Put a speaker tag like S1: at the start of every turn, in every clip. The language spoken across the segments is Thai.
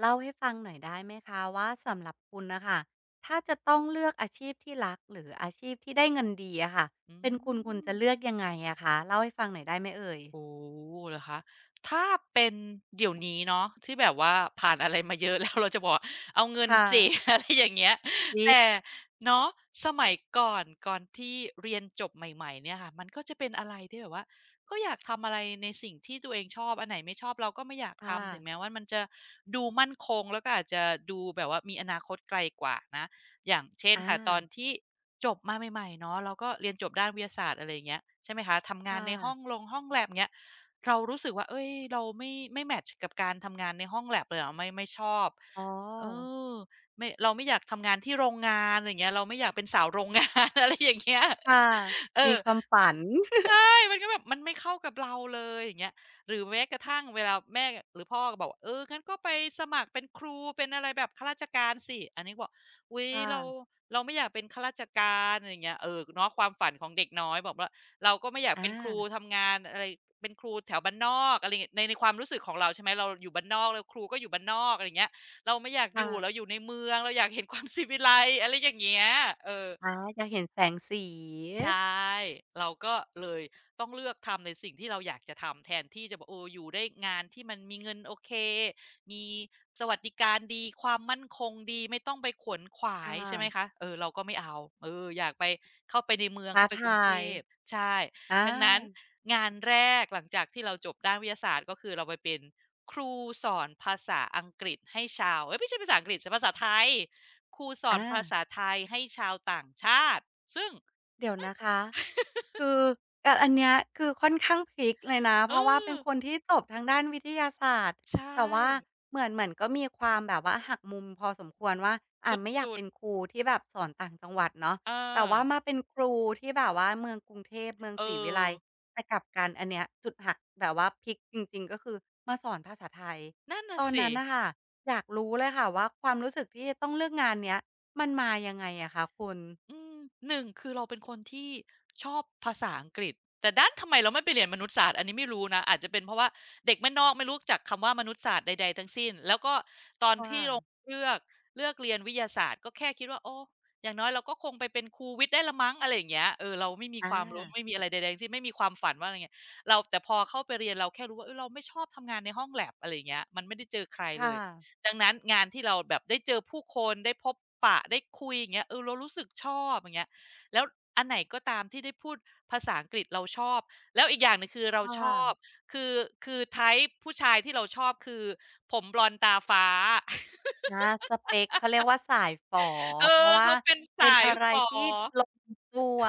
S1: เล่าให้ฟังหน่อยได้ไหมคะว่าสำหรับคุณนะคะถ้าจะต้องเลือกอาชีพที่รักหรืออาชีพที่ได้เงินดีอะค่ะ
S2: อื
S1: เป็นคุณ
S2: ม
S1: จะเลือกยังไงอะคะเล่าให้ฟังหน่อยได้ไหมเอ่ย
S2: โอ้โฮเหรอคะถ้าเป็นเดี๋ยวนี้เนาะที่แบบว่าผ่านอะไรมาเยอะ แล้ว เราจะบอกเอาเงิน
S1: ค
S2: สิ
S1: ่ะ
S2: อะไรอย่างเงี้ย
S1: ดี
S2: แต่เนาะสมัยก่อนก่อนที่เรียนจบใหม่ๆเนี่ยค่ะมันก็จะเป็นอะไรที่แบบว่าก็อยากทำอะไรในสิ่งที่ตัวเองชอบอันไหนไม่ชอบเราก็ไม่อยาก
S1: ค่
S2: ทำถึงแม้
S1: ะ
S2: ว่ามันจะดูมั่นคงแล้วก็อาจจะดูแบบว่ามีอนาคตไกลกว่านะอย่างเช่น
S1: อา
S2: ค่ะตอนที่ จบมาใหม่ๆเนาะเราก็เรียนจบด้านวิทยาศาสตร์อะไรอย่างเงี้ยใช่ไหมคะทำงาน
S1: ค่ะ
S2: ในห้องลงห้อง lab เงี้ยเรารู้สึกว่าเฮ้ยเราไม่แมตช์กับการทำงานในห้อง lab เลยอะไม่ชอบ
S1: อ๋อ
S2: เออไม่เราไม่อยากทำงานที่โรงงานอะไรอย่างเงี้ยเราไม่อยากเป็นสาวโรงงาน อะไรอย่างเงี้ย
S1: ค่ะ
S2: เอ
S1: มี
S2: อ
S1: ความฝัน
S2: มันก็แบบมันไม่เข้ากับเราเลยอย่างเงี้ยหรือแม้กระทั่งเวลาแม่หรือพ่อก็บอกว่าเอองั้นก็ไปสมัครเป็นครูเป็นอะไรแบบข้าราชการสิอันนี้ก็บอกอุย
S1: ค่ะ
S2: เราเราไม่อยากเป็นข้าราชการอะไรเงี้ยเออเนาะความฝันของเด็กน้อยบอกว่าเราก็ไม่อยากเป็
S1: อา
S2: นครูทำงานอะไรเป็นครูแถวบ้านนอกอะไรองี้ยในความรู้สึกของเราใช่ไหมเราอยู่บ้านนอกแล้วครูก็อยู่บ้านนอกอะไรเงี้ยเราไม่อยากอยู่เราอ
S1: ค่ะ
S2: ยู่ในเมืองเราอยากเห็นความ สิ v ิไล z e อะไรอย่างเงี้ยเออ
S1: อาอยากเห็นแสงสี
S2: ใช่เราก็เลยต้องเลือกทำในสิ่งที่เราอยากจะทำแทนที่จะบอกโอ้อยู่ได้งานที่มันมีเงินโอเคมีสวัสดิการดีความมั่นคงดีไม่ต้องไปขวนขวาย
S1: ค่ะ
S2: ใช่ไหมคะเออเราก็ไม่เอาเอออยากไปเข้าไปในเมือง
S1: ท้า
S2: เข้าไป
S1: ท
S2: กรุง
S1: า
S2: เท
S1: ย
S2: พใช่
S1: อ
S2: ดังนั้น
S1: า
S2: งานแรกหลังจากที่เราจบด้านวิทยาศาสตร์ก็คือเราไปเป็นครูสอนภาษาอังกฤษให้ชาวเอ๊ยไม่ใช่ภาษาอังกฤษสิภาษาไทยครูสอน
S1: อา
S2: ภาษาไทยให้ชาวต่างชาติซึ่ง
S1: เดี๋ยวนะคะ คืออะอันเนี้ยคือค่อนข้างพลิกเลยนะ
S2: เอ
S1: เพราะว่า
S2: อ
S1: เป็นคนที่จบทางด้านวิทยาศาสตร์
S2: ใช่
S1: แต่ว่าเหมือนก็มีความแบบว่าหักมุมพอสมควรว่า
S2: ส
S1: อ่าไม่อยาก
S2: ุด
S1: เป็นครูที่แบบสอนต่างจังหวัดเนาะ
S2: ๆอา
S1: แต่ว่ามาเป็นครูที่แบบว่าเมืองกรุงเทพเมือง
S2: เอ
S1: ศรีวิไล
S2: อ
S1: ย์แต่กลับกันอันเนี้ยจุดหักแบบว่าพลิกจริงๆก็คือมาสอนภาษาไทย
S2: นั่นน่ะ
S1: ตอน
S2: สิ
S1: นั้นนะคะอยากรู้เลยค่ะว่าความรู้สึกที่จะต้องเลือกงานเนี้ยมันมายังไงอะคะคุณ
S2: อืมหนึ่งคือเราเป็นคนที่ชอบภาษาอังกฤษแต่ด้านทำไมเราไม่ไปเรียนมนุษยศาสตร์อันนี้ไม่รู้นะอาจจะเป็นเพราะว่าเด็กบ้านนอกไม่รู้จักคำว่ามนุษยศาสตร์ใดๆทั้งสิ้นแล้วก็ตอน
S1: ค่ะ
S2: ที่เราเลือกเลือกเรียนวิทยาศาสตร์ก็แค่คิดว่าโอ้อย่างน้อยเราก็คงไปเป็นครูวิทย์ได้ละมั้งอะไรอย่างเงี้ยเออเราไม่มี
S1: อ
S2: ความรู้
S1: า
S2: ไม่มีอะไรใดๆทั้งสิ้นไม่มีความฝันว่าอะไรเงี้ยเราแต่พอเข้าไปเรียนเราแค่รู้ว่าเฮ้ยเราไม่ชอบทำงานในห้อง lab อะไรอย่างเงี้ยมันไม่ได้เจอใครเล
S1: ค่ะ
S2: ย ดังนั้นงานที่เราแบบได้เจอผู้คนได้พบปะได้คุยอย่างเงี้ยเออเรารู้สึกชอบอย่างเงี้ยแล้วอันไหนก็ตามที่ได้พูดภาษาอังกฤษเราชอบแล้วอีกอย่างหนึ่งคือเรา
S1: ค่
S2: ชอบ
S1: ะ
S2: คือคือไทป์ผู้ชายที่เราชอบคือผมบลอนด์ตาฟ้า
S1: อาสเปกเขาเรียกว่าสายฝอ
S2: เออ
S1: เพราะว่า
S2: เขาเป็นสา
S1: เป็น
S2: ย
S1: อะไร
S2: ฝอ
S1: ที่ลงตัว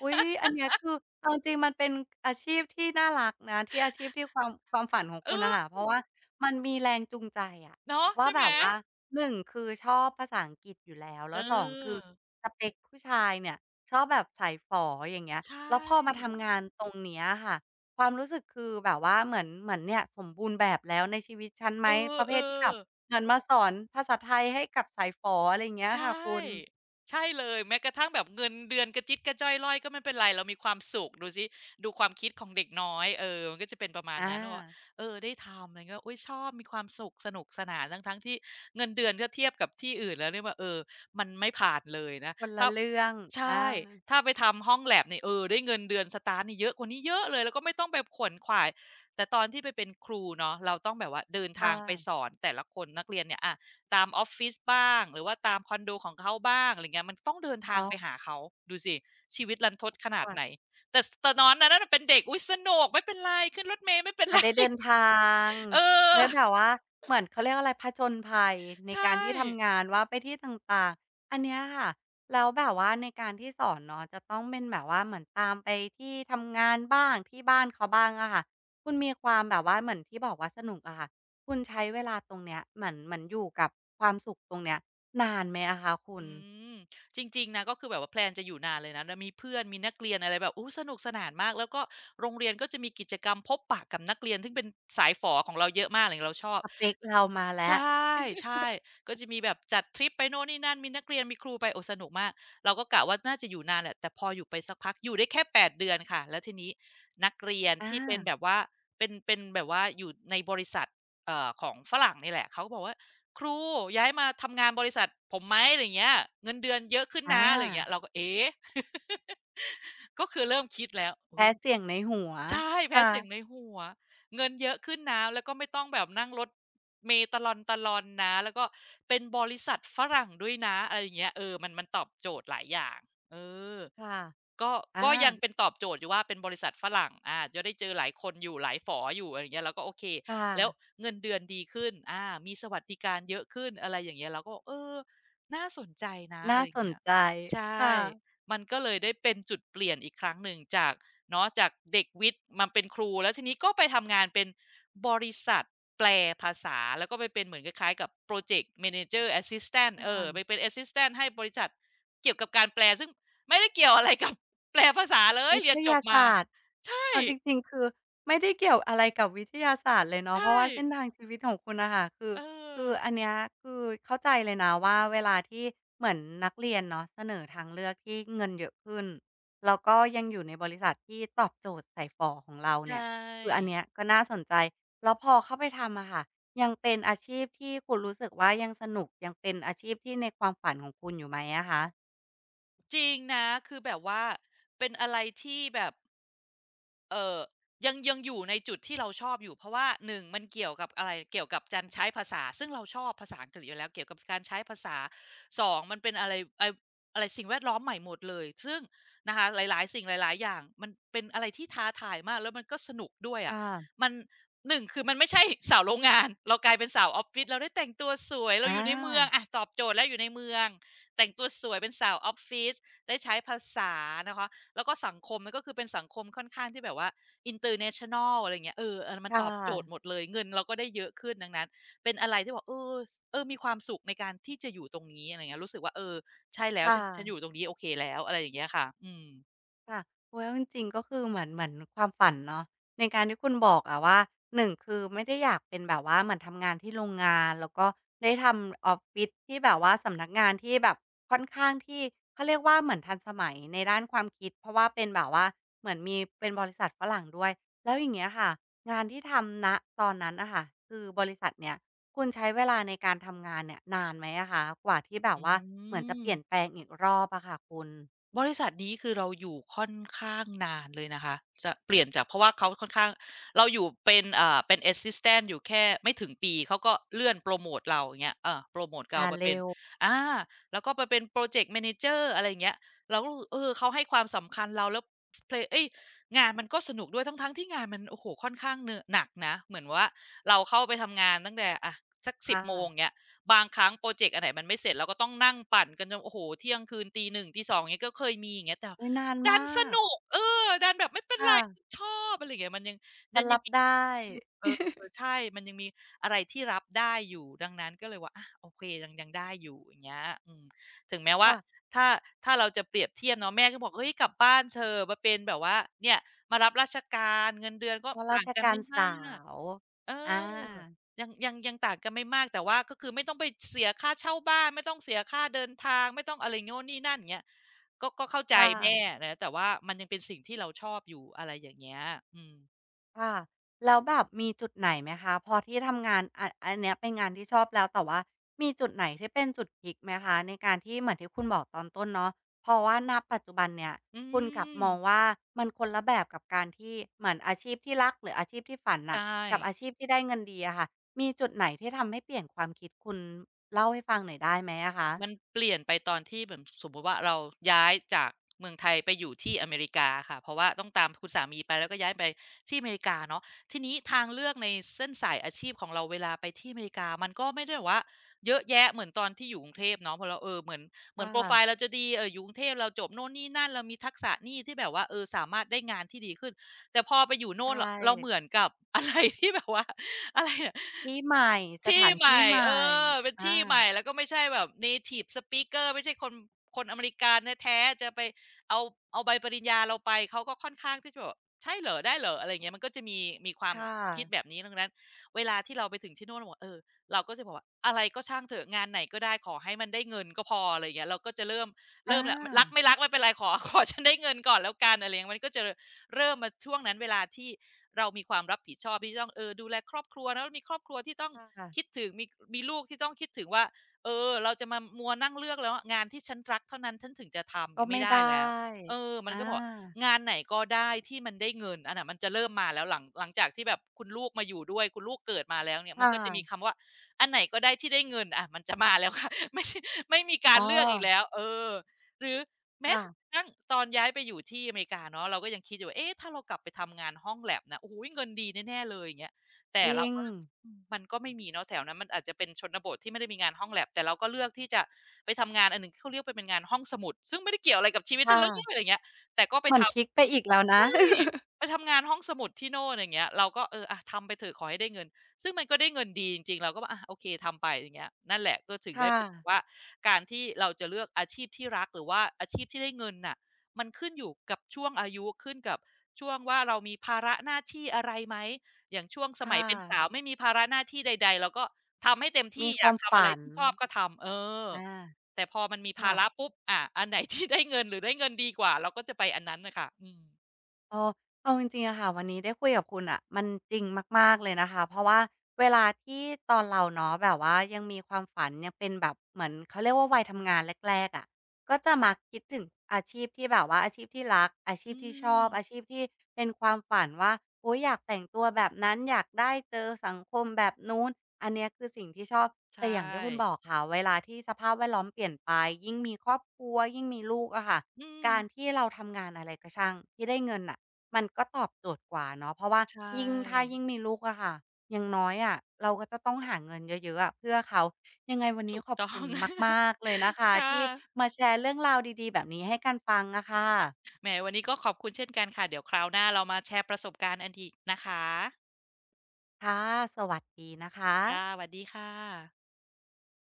S1: อุ๊ยอันเนี้ยคือเอาจริงๆมันเป็นอาชีพที่น่ารักนะที่อาชีพที่ความฝันของ
S2: เอ
S1: คุณ
S2: อ
S1: น่ะค่ะเพราะว่ามันมีแรงจูงใจอะ
S2: เนาะ
S1: ว่า
S2: ใช่
S1: แบ
S2: ไหม
S1: บว่าหนึ่งคือชอบภาษาอังกฤษอยู่แล้ว
S2: เอ
S1: แล้วสองคื
S2: อ
S1: อสเปกผู้ชายเนี่ยชอบแบบสายฝออย่างเงี้ย
S2: ใช
S1: แล้วพอมา
S2: ่
S1: ทำงานตรงเนี้ยค่ะความรู้สึกคือแบบว่าเหมือนเนี่ยสมบูรณ์แบบแล้วในชีวิตฉันไห
S2: เอ
S1: มป
S2: อ
S1: ระเภ
S2: เอ
S1: ทที่แบ
S2: อ
S1: บ เหมือนมาสอนภาษาไทยให้กับสายฝออะไรอย่างเงี้ย
S2: ใช
S1: ค่ะคุณ
S2: ่ใช่เลยแม้กระทั่งแบบเงินเดือนกระจิ๊กระจ้อยร่อยก็ไม่เป็นไรเรามีความสุขดูสิดูความคิดของเด็กน้อยเออมันก็จะเป็นประมาณ
S1: อ
S2: นั้นว่า
S1: า
S2: เออได้ทำอะไรเงี้ยอุ๊ยชอบมีความสุขสนุกสนานทั้งๆที่เงินเดือนถ้าเทียบกับที่อื่นแล้วเนี่ยว่าเออมันไม่ผ่านเลยนะ
S1: คน
S2: ถ้า
S1: ละเรื่อง
S2: ใช
S1: อา
S2: ่ถ้าไปทำห้องแลบเนี่ยเออได้เงินเดือนสตาร์ตนี่เยอะกว่านี้เยอะเลยแล้วก็ไม่ต้องไปขวนขวายแต่ตอนที่ไปเป็นครูเนาะเราต้องแบบว่าเดิน
S1: ค่
S2: ทางไปส
S1: ะ
S2: อนแต่ละคนนักเรียนเนี่ยอะ ตามออฟฟิศบ้างหรือว่าตามคอนโดของเขาบ้างอะไรเงี้ยมันต้องเดินทา
S1: อ๋
S2: งไป
S1: อ
S2: หาเขาดูสิชีวิตรันทดขนาดไหน
S1: ค่ะ
S2: แต่สตอนนั้นน่ะน่ะเป็นเด็กอุ๊ยสนุกไม่เป็นไรขึ้นรถเมล์ไม่เป็น
S1: อา
S2: ไร
S1: ได้เดิ นทาง
S2: เอ
S1: ได้แบ
S2: อ
S1: บว่าเหมือนเขาเรียกอะไรผจญภัยใน
S2: ใช่
S1: การที่ทำงานว่าไปที่ต่างๆอันเนี้ยค่ะแล้วแบบว่าในการที่สอนเนาะจะต้องเป็นแบบว่าเหมือนตามไปที่ทำงานบ้างที่บ้านเขาบ้างอะค่ะคุณมีความแบบว่าเหมือนที่บอกว่าสนุกอะค่ะคุณใช้เวลาตรงเนี้ยเหมือนอยู่กับความสุขตรงเนี้ยนานไหมอะคะคุณ
S2: อืมจริงๆนะก็คือแบบว่าแพลนจะอยู่นานเลยนะแล้วมีเพื่อนมีนักเรียนอะไรแบบโอ้สนุกสนานมากแล้วก็โรงเรียนก็จะมีกิจกรรมพบปะกับนักเรียนซึ่งเป็นสายฝอของเราเยอะมากอไรเงี้ยเราชอบ
S1: สเปกเรามา
S2: ใช
S1: แล้ว
S2: ่ใช่ก็จะมีแบบจัดทริปไปโน่นนี่นั่นมีนักเรียนมีครูไปโอ้สนุกมากเราก็กะว่าน่าจะอยู่นานแหละแต่พออยู่ไปสักพักอยู่ได้แค่8เดือนค่ะแล้วทีนี้นักเรียน
S1: อา
S2: ที่เป็นแบบว่าเป็นแบบว่าอยู่ในบริษัทของฝรั่งนี่แหละเขาก็บอกว่าครูย้ายมาทำงานบริษัทผมไหมอะไรอย่างเงี้ยเงินเดือนเยอะขึ้น
S1: อ
S2: นะอะไรอย่างเงี้ยเรา
S1: า
S2: ก็เอ๊ะ ก็คือเริ่มคิดแล้วอุ๊
S1: แพ้
S2: ย
S1: เสียงในหัว
S2: ใช่แพ้
S1: ค่ะ
S2: เสียงในหัวเงินเยอะขึ้นนะแล้วก็ไม่ต้องแบบนั่งรถเมล์ตะลอนๆนะแล้วก็เป็นบริษัทฝรั่งด้วยนะอะไรอย่างเงี้ยเออมันตอบโจทย์หลายอย่างเออ
S1: ค่ะ
S2: ก็
S1: อา
S2: ก็ยังเป็นตอบโจทย์อยู่ว่าเป็นบริษัทฝรั่งอาจะได้เจอหลายคนอยู่หลายฝออยู่อะไรอย่างเงี้ยเราก็โอเค
S1: ค่ะ
S2: แล้วเงินเดือนดีขึ้นอามีสวัสดิการเยอะขึ้นอะไรอย่างเงี้ยเราก็เออน่าสนใจนะอะ
S1: น่า
S2: ไรอย่า
S1: ส
S2: ง
S1: น
S2: เงี้ย
S1: ใจ
S2: ใช่
S1: ค่ะ
S2: มันก็เลยได้เป็นจุดเปลี่ยนอีกครั้งหนึ่งจากเนาะจากเด็กวิทย์มาเป็นครูแล้วทีนี้ก็ไปทำงานเป็นบริษัทแปลภาษาแล้วก็ไปเป็นเหมือนคล้ายๆกับ p ร o เจกต์ Manager Assistant เอ
S1: ค่ะ
S2: อไปเป็น Assistant ให้บริษัทเกี่ยวกับการแปลซึ่งไม่ได้เกี่ยวอะไรกับ แปลภาษาเลย
S1: วิ
S2: เรีย
S1: ท
S2: นจบ
S1: ยา
S2: มา
S1: ศาสตร์
S2: ใช่
S1: เอาจริงๆคือไม่ได้เกี่ยวอะไรกับวิทยาศาสตร์เลยเนาะเพ
S2: ใช่
S1: ราะว่าเส้นทางชีวิตของคุณน่ะค่ะคือ
S2: เออ
S1: คืออันเนี้ยคือเข้าใจเลยนะว่าเวลาที่เหมือนนักเรียนเนาะเสนอทางเลือกที่เงินเยอะขึ้นแล้วก็ยังอยู่ในบริษัทที่ตอบโจทย์ใส่ฝอของเรา
S2: ใช่
S1: เนี่ยคืออันเนี้ยก็น่าสนใจแล้วพอเข้าไปทำอะค่ะยังเป็นอาชีพที่คุณรู้สึกว่ายังสนุกยังเป็นอาชีพที่ในความฝันของคุณอยู่ไหมอะคะ
S2: จริงนะคือแบบว่าเป็นอะไรที่แบบ เออยังยังอยู่ในจุดที่เราชอบอยู่เพราะว่าหนึ่งมันเกี่ยวกับอะไรเกี่ยวกับการใช้ภาษาซึ่งเราชอบภาษาอังกฤษอยู่แล้วเกี่ยวกับการใช้ภาษาสองมันเป็นอะไรไออะไรสิ่งแวดล้อมใหม่หมดเลยซึ่งนะคะหลายๆสิ่งหลายๆอย่างมันเป็นอะไรที่ท้าทายมากแล้วมันก็สนุกด้วย
S1: ค
S2: อะ
S1: ่ะ
S2: มันหนึ่งคือมันไม่ใช่สาวโรงงานเรากลายเป็นสาวออฟฟิศเราได้แต่งตัวสวยเราอ
S1: อา
S2: ยู่ในเมืองอะตอบโจทย์แล้วอยู่ในเมืองแต่งตัวสวยเป็นสาวออฟฟิศได้ใช้ภาษานะคะ แล้วก็สังคมมันก็คือเป็นสังคมค่อนข้างที่แบบว่า international อะไรอเงี้ยเออเออมันต
S1: ค่ะ
S2: อบโจทย์หมดเลยเงินเราก็ได้เยอะขึ้นดังนั้นเป็นอะไรที่บอกเออสเออมีความสุขในการที่จะอยู่ตรงนี้อะไรเงี้ยรู้สึกว่าเออใช่แล้
S1: ค
S2: วฉันอยู่
S1: ่ะ
S2: ตรงนี้โอเคแล้วอะไรอย่างเงี้ยค่ะอืม
S1: ค่ะโอ้ยเอาจริงๆก็คือเหมือนความฝันเนาะในการที่คุณบอกอะว่าหนึ่งคือไม่ได้อยากเป็นแบบว่าเหมือนทำงานที่โรงงานแล้วก็ได้ทำออฟฟิศที่แบบว่าสำนักงานที่แบบค่อนข้างที่เขาเรียกว่าเหมือนทันสมัยในด้านความคิดเพราะว่าเป็นแบบว่าเหมือนมีเป็นบริษัทฝรั่งด้วยแล้วอย่างเงี้ยค่ะงานที่ทำณตอนนั้นน่ะค่ะคือบริษัทเนี่ยคุณใช้เวลาในการทำงานเนี่ยนานไหมอะคะกว่าที่แบบ
S2: อื
S1: ว่าเหมือนจะ
S2: ม
S1: เปลี่ยนแปลงอีกรอบอะค่ะคุณ
S2: บริษัทนี้คือเราอยู่ค่อนข้างนานเลยนะคะจะเปลี่ยนจากเพราะว่าเขาค่อนข้างเราอยู่เป็นเป็น Assistant อยู่แค่ไม่ถึงปีเขาก็เลื่อนโพรโมตเราอย่างเงี้ยเออโพรโมตเรา
S1: อา
S2: มาเป็
S1: เร็
S2: น
S1: ว
S2: อาแล้วก็มาเป็น p ร o เจกต์ Manager อะไรอย่างเงี้ยเราก็รู้สึกเออเขาให้ความสำคัญเราแล้วเพลเอ๊ยงานมันก็สนุกด้วยทั้งๆที่งานมันโอ้โฮค่อนข้างเนอะหนักนะเหมือนว่าเราเข้าไปทำงานตั้งแต่อะสักสิบ
S1: ค่ะ
S2: โมงอย่างเงี้ย บางครั้งพรอเจกต์อันไหนมันไม่เสร็จเราก็ต้องนั่งปั่นกันจนโอ้โฮเที่ยงคืน01:00 02:00องอย่างเงี้ยก็เคยมีอย่างเงี้ยแต่
S1: อุ๊ยนาน
S2: ดัน
S1: มา
S2: ส
S1: ก
S2: นุกเออดันแบบไม่เป็นไร
S1: ค่ะ
S2: ชอบอะไรอย่างเงี้ยมันยังมั
S1: ฉั
S2: น
S1: น
S2: ยัง
S1: รับ
S2: มี
S1: ได้
S2: เออ ใช่มันยังมีอะไรที่รับได้อยู่ดังนั้นก็เลยว่าอาโอเคยังยังได้อยู่อย่างเงี้ยอืมถึงแม้ว่า
S1: ค่ะ
S2: ถ้าถ้าเราจะเปรียบเทียบเนาะแม่ก็บอกเฮ้ยกลับบ้านเถอะมาเป็นแบบว่าเนี่ยมารับราชการเงินเดือนก็
S1: เพราะรา
S2: ต่าง
S1: ช
S2: กัน
S1: กา
S2: ไม่
S1: ร
S2: มา
S1: สา
S2: ก
S1: ว
S2: เออ
S1: อา
S2: ยังยังยังต่างกันไม่มากแต่ว่าก็คือไม่ต้องไปเสียค่าเช่าบ้านไม่ต้องเสียค่าเดินทางไม่ต้องอะไรโน่นนี่นั่นอย่างเงี้ยก็ก็เข้าใจ
S1: ค่ะ
S2: แม่นะแต่ว่ามันยังเป็นสิ่งที่เราชอบอยู่อะไรอย่างเงี้ยอืม
S1: ค่ะแล้วแบบมีจุดไหนไหมคะพอที่ทำงานอันเนี้ยเป็นงานที่ชอบแล้วแต่ว่ามีจุดไหนที่เป็นจุดพลิกไหมคะในการที่เหมือนที่คุณบอกตอนต้นเนาะเพราะว่าณปัจจุบันเนี่ย
S2: อื
S1: คุณกลับ
S2: ม
S1: มองว่ามันคนละแบบกับการที่เหมือนอาชีพที่รักหรืออาชีพที่ฝันน่ะ
S2: ใช่
S1: กับอาชีพที่ได้เงินดีอะค่ะมีจุดไหนที่ทำให้เปลี่ยนความคิดคุณเล่าให้ฟังหน่อยได้ไหมอะคะ
S2: มันเปลี่ยนไปตอนที่แบบสมมุติว่าเราย้ายจากเมืองไทยไปอยู่ที่อเมริกาค่ะเพราะว่าต้องตามคุณสามีไปแล้วก็ย้ายไปที่อเมริกาเนาะทีนี้ทางเลือกในเส้นสายอาชีพของเราเวลาไปที่อเมริกามันก็ไม่ได้แบบว่าเยอะแยะเหมือนตอนที่อยู่กรุงเทพเนาะเพอเราเออเหมือนโพรไฟ
S1: ค่ะ
S2: ล์เราจะดีอยู่กรุงเทพเราจบโน่นนี่นั่นเรามีทักษะนี่ที่แบบว่าเออสามารถได้งานที่ดีขึ้นแต่พอไปอยู่โน่
S1: ใช่
S2: นเราเหมือนกับ อะไรที่แบบว่าอะไร
S1: ที่ใหม่ส
S2: ที่
S1: ถาน
S2: ให
S1: ที่
S2: ม่
S1: ใหม่
S2: เป็น
S1: อา
S2: ที่ใหม่แล้วก็ไม่ใช่แบบเนทิฟสปีกเกอร์ไม่ใช่คนอเมริกันแท้ๆจะไปเอาเอาใบปริญญาเราไปเขาก็ค่อนข้างที่จะแบบใช่เหรอได้เหรออะไรอย่างเงี้ยมันก็จะมีความ
S1: ค่ะ
S2: คิดแบบนี้ดังนั้นเวลาที่เราไปถึงที่นู่นเราบอกเราก็จะบอกว่าอะไรก็ช่างเถอะงานไหนก็ได้ขอให้มันได้เงินก็พออะไรอย่างเงี้ยเราก็จะเริ่ม
S1: อ
S2: เริ่มแล้วรัก
S1: า
S2: ไม่รักไม่เป็นไรขอ ขอฉันได้เงินก่อนแล้วกันอะไรอย่างเงี้ยมันก็จะเริ่มมาช่วงนั้นเวลาที่เรามีความรับผิดชอบที่จะต้องดูแลครอบครัวแล้วมีครอบครัวที่ต้อง คิด
S1: ค่ะ
S2: ถึงมีลูกที่ต้องคิดถึงว่าเราจะมามัวนั่งเลือกแล้วงานที่ฉันรักเท่านั้นฉันถึงจะทำอย่าง
S1: ก็
S2: เนียไม่
S1: ไม่
S2: ได้
S1: ได้
S2: แล้วมั
S1: อ
S2: นก็บอก
S1: า
S2: งานไหนก็ได้ที่มันได้เงินอันน่ะมันจะเริ่มมาแล้วหลังจากที่แบบคุณลูกมาอยู่ด้วยคุณลูกเกิดมาแล้วเนี่ยมัน
S1: ค่ะ
S2: ก็จะมีคำว่าอันไหนก็ได้ที่ได้เงินอะมันจะมาแล้วค่ะ ไม่ใช่ไม่มีกา
S1: อ๋
S2: ร
S1: อ
S2: เลือกอีกแล้วอหรือแม้ก
S1: ค่ะ
S2: ระทั่งตอนย้ายไปอยู่ที่อเมริกาเนาะเราก็ยังคิดอยู่ว่าเอ๊ะถ้าเรากลับไปทำงานห้องแล็บนะโอ้โหเงินดีแน่ๆเลยอย่างเงี้ยแต่
S1: จริ
S2: เรา
S1: ง
S2: ก็ อืมมันก็ไม่มีเนาะแถวนั้นมันอาจจะเป็นชนบทที่ไม่ได้มีงานห้องแล็บแต่เราก็เลือกที่จะไปทำงานอันหนึ่งที่เขาเรียกไปเป็นงานห้องสมุดซึ่งไม่ได้เกี่ยวอะไรกับชีวิต
S1: ค
S2: ฉันเลยอะ
S1: ่ะ
S2: ไรอย่างเงี้ยแต่ก็ไป
S1: เหมือนพลิก
S2: ทำ
S1: ไปอีกแล้วนะ
S2: ไปทำงานห้องสมุดที่โน่นอย่างเงี้ยเราก็อะทำไปเถอะขอให้ได้เงินซึ่งมันก็ได้เงินดีจริงๆเราก็แบบอะโอเคทำไปอย่างเงี้ยนั่นแหละก็ถึงได้
S1: ค่ะ
S2: เป็นแบบว่าการที่เราจะเลือกอาชีพที่รักหรือว่าอาชีพที่ได้เงินน่ะมันขึ้นอยู่กับช่วงอายุขึ้นกับช่วงว่าเรามีภาระหน้าที่อะไรไหมอย่างช่วงสมัย
S1: ค่ะ
S2: เป็นสาวไม่มีภาระหน้าที่ใดๆเราก็ทำให้เต็มที่
S1: มีค
S2: อยา
S1: วา
S2: ก
S1: ม
S2: ทำอะไร
S1: ฝัน
S2: ที่ชอบก็ทำอ
S1: อา
S2: แต่พอมันมีภา
S1: ค่ะ
S2: ระปุ๊บอะอันไหน ที่ได้เงินหรือได้เงินดีกว่าเราก็จะไปอันนั้นน่ะค่ะอืม
S1: อ๋อเอาจริงๆอะค่ะวันนี้ได้คุยกับคุณน่ะมันจริงมากๆเลยนะคะเพราะว่าเวลาที่ตอนเราเนาะแบบว่ายังมีความฝันยังเป็นแบบเหมือนเขาเรียกว่าวัยทำงานแรกๆอะก็จะมักคิดถึงอาชีพที่แบบว่าอาชีพที่รักอาชี
S2: อื
S1: พที่ชอ
S2: ม
S1: บอาชีพที่เป็นความฝันว่าโอ๊ยอยากแต่งตัวแบบนั้นอยากได้เจอสังคมแบบนู้นอันเนี้ยคือสิ่งที่ชอบแต่
S2: ใช่
S1: อย่างที่คุณบอกค่ะเวลาที่สภาพแวดล้อมเปลี่ยนไปยิ่งมีครอบครัวยิ่งมีลูกอะค่ะ
S2: อืม
S1: การที่เราทำงานอะไรก็ช่างที่ได้เงินน่ะ มันก็ตอบโจทย์กว่าเนาะเพราะว่า
S2: ใช
S1: ยิ่งถ้า
S2: ่
S1: ยิ่งมีลูกอะค่ะอย่างน้อยอะเราก็จะต้องหาเงินเยอะๆอะเพื่อเขายังไงวันนี้
S2: ถูก
S1: ขอบ
S2: ต้อ
S1: คุ
S2: ง
S1: ณ มากๆเลยนะคะ
S2: ค่
S1: ที่
S2: ะ
S1: มาแชร์เรื่องราวดีๆแบบนี้ให้กันฟังอะค่ะ
S2: แหมวันนี้ก็ขอบคุณเช่นกันค่ะเดี๋ยวคราวหน้าเรามาแชร์ประสบการณ์กันอีกนะคะ
S1: ค่ะสวัสดีนะคะ
S2: ค่ะสวัสดีค่ะ